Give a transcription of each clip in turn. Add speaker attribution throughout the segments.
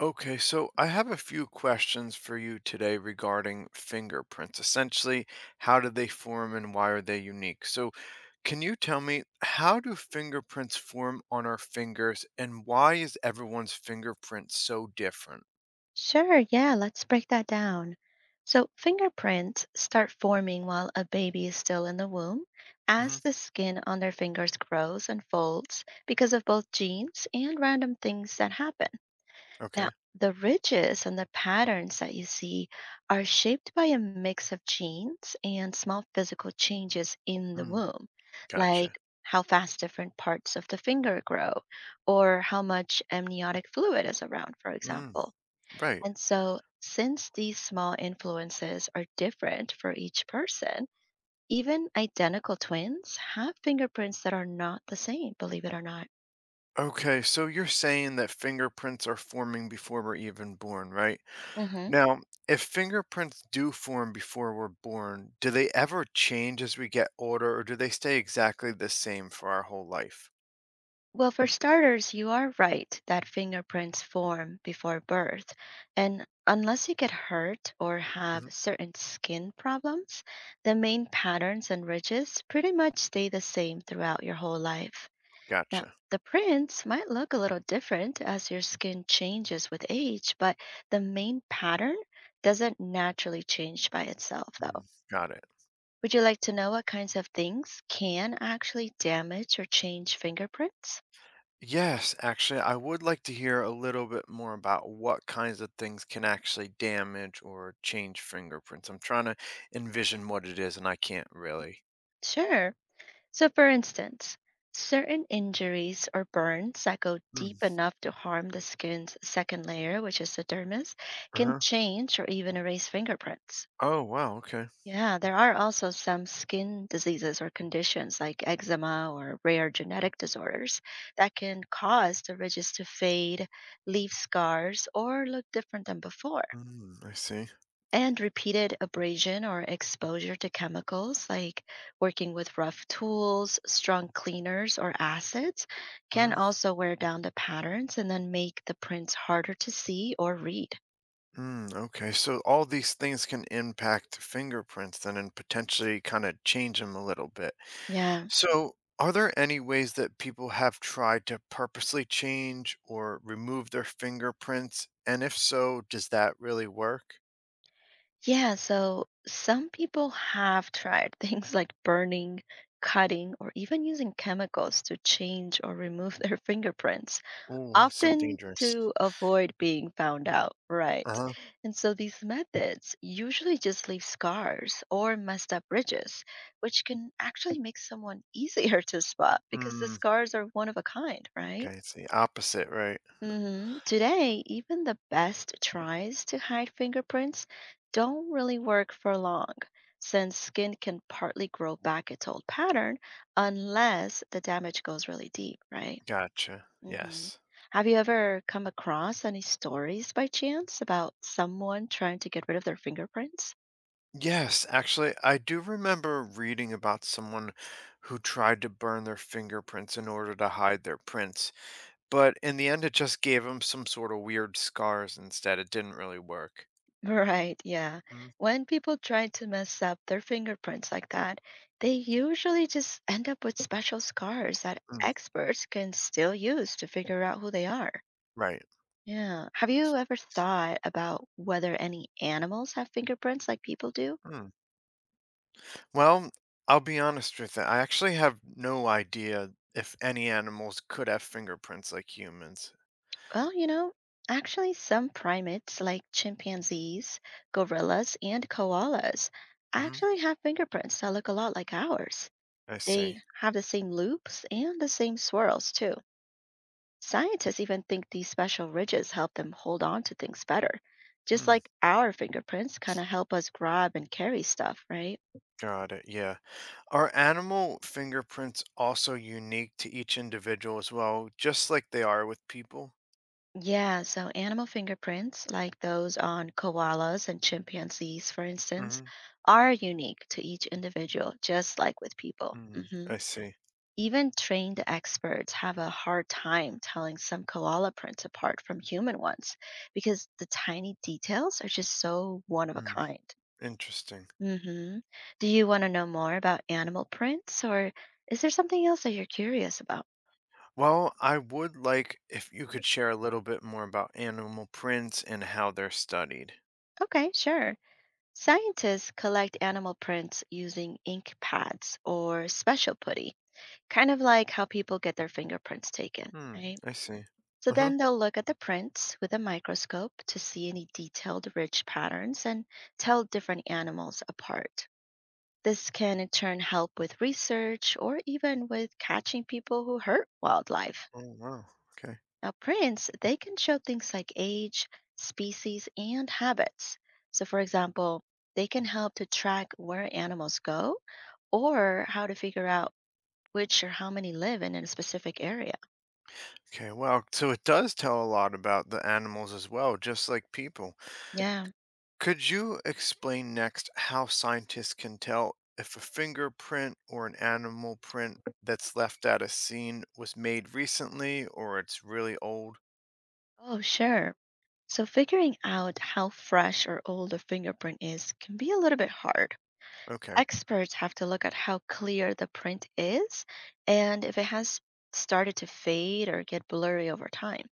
Speaker 1: Okay, so I have a few questions for you today regarding fingerprints. Essentially, how do they form and why are they unique? So, can you tell me how do fingerprints form on our fingers and why is everyone's fingerprint so different?
Speaker 2: Sure, yeah, let's break that down. So, fingerprints start forming while a baby is still in the womb
Speaker 1: Hmm
Speaker 2: as the skin on their fingers grows and folds because of both genes and random things that happen. Now,
Speaker 1: Okay.
Speaker 2: the ridges and the patterns that you see are shaped by a mix of genes and small physical changes in the
Speaker 1: Mm,
Speaker 2: womb,
Speaker 1: gotcha.
Speaker 2: like how fast different parts of the finger grow or how much amniotic fluid is around, for
Speaker 1: Mm,
Speaker 2: example.
Speaker 1: right.
Speaker 2: And so, since these small influences are different for each person, even identical twins have fingerprints that are not the same, believe it or not.
Speaker 1: Okay, so you're saying that fingerprints are forming before we're even born, right?
Speaker 2: Hmm.
Speaker 1: Now, if fingerprints do form before we're born, do they ever change as we get older or do they stay exactly the same for our whole life?
Speaker 2: Well, for starters, you are right that fingerprints form before birth. And unless you get hurt or
Speaker 1: Mhm.
Speaker 2: have certain skin problems, the main patterns and ridges pretty much stay the same throughout your whole life. Now,
Speaker 1: Gotcha.
Speaker 2: the prints might look a little different as your skin changes with age, but the main pattern doesn't naturally change by itself,
Speaker 1: Mm,
Speaker 2: though.
Speaker 1: got it.
Speaker 2: Would you like to know what kinds of things can actually damage or change fingerprints?
Speaker 1: Yes, actually, I would like to hear a little bit more about what kinds of things can actually damage or change fingerprints. I'm trying to envision what it is and I can't really.
Speaker 2: Sure. So, for instance, certain injuries or burns that go deep
Speaker 1: Mm.
Speaker 2: enough to harm the skin's second layer, which is the dermis, can
Speaker 1: Uh-huh.
Speaker 2: change or even erase fingerprints.
Speaker 1: Oh, wow. Okay.
Speaker 2: Yeah, there are also some skin diseases or conditions like eczema or rare genetic disorders that can cause the ridges to fade, leave scars, or look different than before.
Speaker 1: Mm, I see.
Speaker 2: And repeated abrasion or exposure to chemicals like working with rough tools, strong cleaners, or acids can also wear down the patterns and then make the prints harder to see or read.
Speaker 1: Mm, okay, so all these things can impact fingerprints then and potentially kind of change them a little bit.
Speaker 2: Yeah,
Speaker 1: So, are there any ways that people have tried to purposely change or remove their fingerprints? And if so, does that really work?
Speaker 2: yeah, so some people have tried things like burning, cutting, or even using chemicals to change or remove their fingerprints,
Speaker 1: Oh, some
Speaker 2: often
Speaker 1: dangerous.
Speaker 2: to avoid being found out, right?
Speaker 1: Uh-huh.
Speaker 2: And so these methods usually just leave scars or messed up ridges, which can actually make someone easier to spot because the
Speaker 1: Mm,
Speaker 2: scars are one of a kind, right?
Speaker 1: okay, it's the opposite, right?
Speaker 2: Hmm. Today, even the best tries to hide fingerprints don't really work for long, since skin can partly grow back its old pattern unless the damage goes really deep, right?
Speaker 1: Gotcha.
Speaker 2: Hmm.
Speaker 1: Yes.
Speaker 2: Have you ever come across any stories by chance about someone trying to get rid of their fingerprints?
Speaker 1: Yes, actually, I do remember reading about someone who tried to burn their fingerprints in order to hide their prints. But in the end, it just gave him some sort of weird scars instead. It didn't really work.
Speaker 2: Right, yeah.
Speaker 1: Mm,
Speaker 2: When people try to mess up their fingerprints like that, they usually just end up with special scars that
Speaker 1: mm,
Speaker 2: experts can still use to figure out who they are.
Speaker 1: right.
Speaker 2: Yeah. Have you ever thought about whether any animals have fingerprints like people do?
Speaker 1: Mm. Well, I'll be honest with you. I actually have no idea if any animals could have fingerprints like humans.
Speaker 2: Well, you know, actually, some primates like chimpanzees, gorillas, and koalas
Speaker 1: Mhm.
Speaker 2: actually have fingerprints that look a lot like ours.
Speaker 1: I
Speaker 2: They
Speaker 1: see.
Speaker 2: have the same loops and the same swirls, too. Scientists even think these special ridges help them hold on to things better, just
Speaker 1: Mm,
Speaker 2: like our fingerprints kind of help us grab and carry stuff, right?
Speaker 1: got it. Yeah. Are animal fingerprints also unique to each individual as well, just like they are with people?
Speaker 2: Yeah, so animal fingerprints, like those on koalas and chimpanzees, for instance,
Speaker 1: Hmm
Speaker 2: are unique to each individual, just like with people. Hmm.
Speaker 1: I see.
Speaker 2: Even trained experts have a hard time telling some koala prints apart from human ones because the tiny details are just so one of a
Speaker 1: Mm,
Speaker 2: kind.
Speaker 1: interesting.
Speaker 2: Mm-hmm. Do you want to know more about animal prints, or is there something else that you're curious about?
Speaker 1: Well, I would like if you could share a little bit more about animal prints and how they're studied.
Speaker 2: Okay, sure. Scientists collect animal prints using ink pads or special putty, kind of like how people get their fingerprints taken,
Speaker 1: Hmm,
Speaker 2: right?
Speaker 1: I see.
Speaker 2: So
Speaker 1: Uh-huh.
Speaker 2: then they'll look at the prints with a microscope to see any detailed, rich patterns and tell different animals apart. This can in turn help with research or even with catching people who hurt wildlife.
Speaker 1: Oh, wow. Okay.
Speaker 2: Now, prints, they can show things like age, species, and habits. So, for example, they can help to track where animals go or how to figure out which or how many live in a specific area.
Speaker 1: Okay, wow. So it does tell a lot about the animals as well, just like people.
Speaker 2: Yeah.
Speaker 1: Could you explain next how scientists can tell if a fingerprint or an animal print that's left at a scene was made recently or it's really old?
Speaker 2: Oh, sure. So, figuring out how fresh or old a fingerprint is can be a little bit hard.
Speaker 1: Okay.
Speaker 2: Experts have to look at how clear the print is and if it has started to fade or get blurry over time.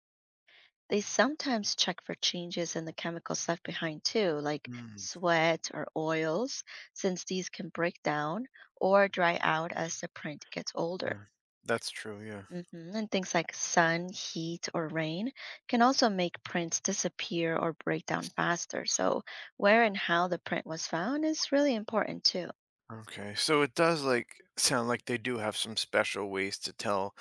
Speaker 2: They sometimes check for changes in the chemicals left behind too, like
Speaker 1: Mm,
Speaker 2: sweat or oils, since these can break down or dry out as the print gets older.
Speaker 1: uh, That's true, yeah.
Speaker 2: Hmm. And things like sun, heat, or rain can also make prints disappear or break down faster. So, where and how the print was found is really important too.
Speaker 1: Okay, so it does like sound like they do have some special ways to tell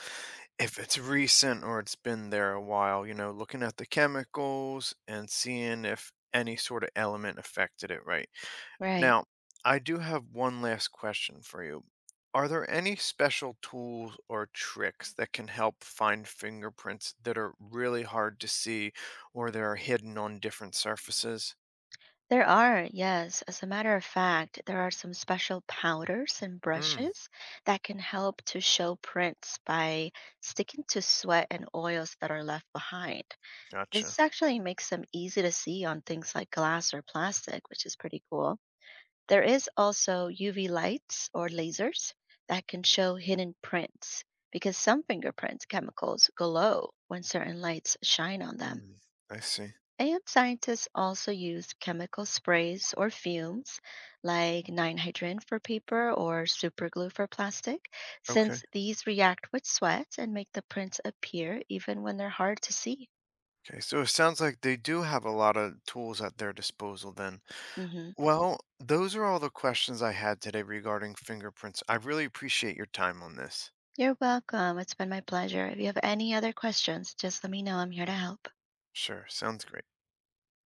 Speaker 1: if it's recent or it's been there a while, you know, looking at the chemicals and seeing if any sort of element affected it, right?
Speaker 2: Right.
Speaker 1: Now, I do have one last question for you. Are there any special tools or tricks that can help find fingerprints that are really hard to see or that are hidden on different surfaces?
Speaker 2: There are, yes. As a matter of fact, there are some special powders and
Speaker 1: Mm,
Speaker 2: brushes that can help to show prints by sticking to sweat and oils that are left behind.
Speaker 1: gotcha.
Speaker 2: This actually makes them easy to see on things like glass or plastic, which is pretty cool. There is also UV lights or lasers that can show hidden prints because some fingerprints chemicals glow when certain lights shine on them.
Speaker 1: Mm, I see.
Speaker 2: And scientists also use chemical sprays or fumes like 9-hydrin for paper or superglue for plastic,
Speaker 1: Okay.
Speaker 2: since these react with sweat and make the prints appear even when they're hard to see.
Speaker 1: Okay, so it sounds like they do have a lot of tools at their disposal then.
Speaker 2: Hmm.
Speaker 1: Well, those are all the questions I had today regarding fingerprints. I really appreciate your time on this.
Speaker 2: You're welcome. It's been my pleasure. If you have any other questions, just let me know. I'm here to help.
Speaker 1: Sure, sounds great.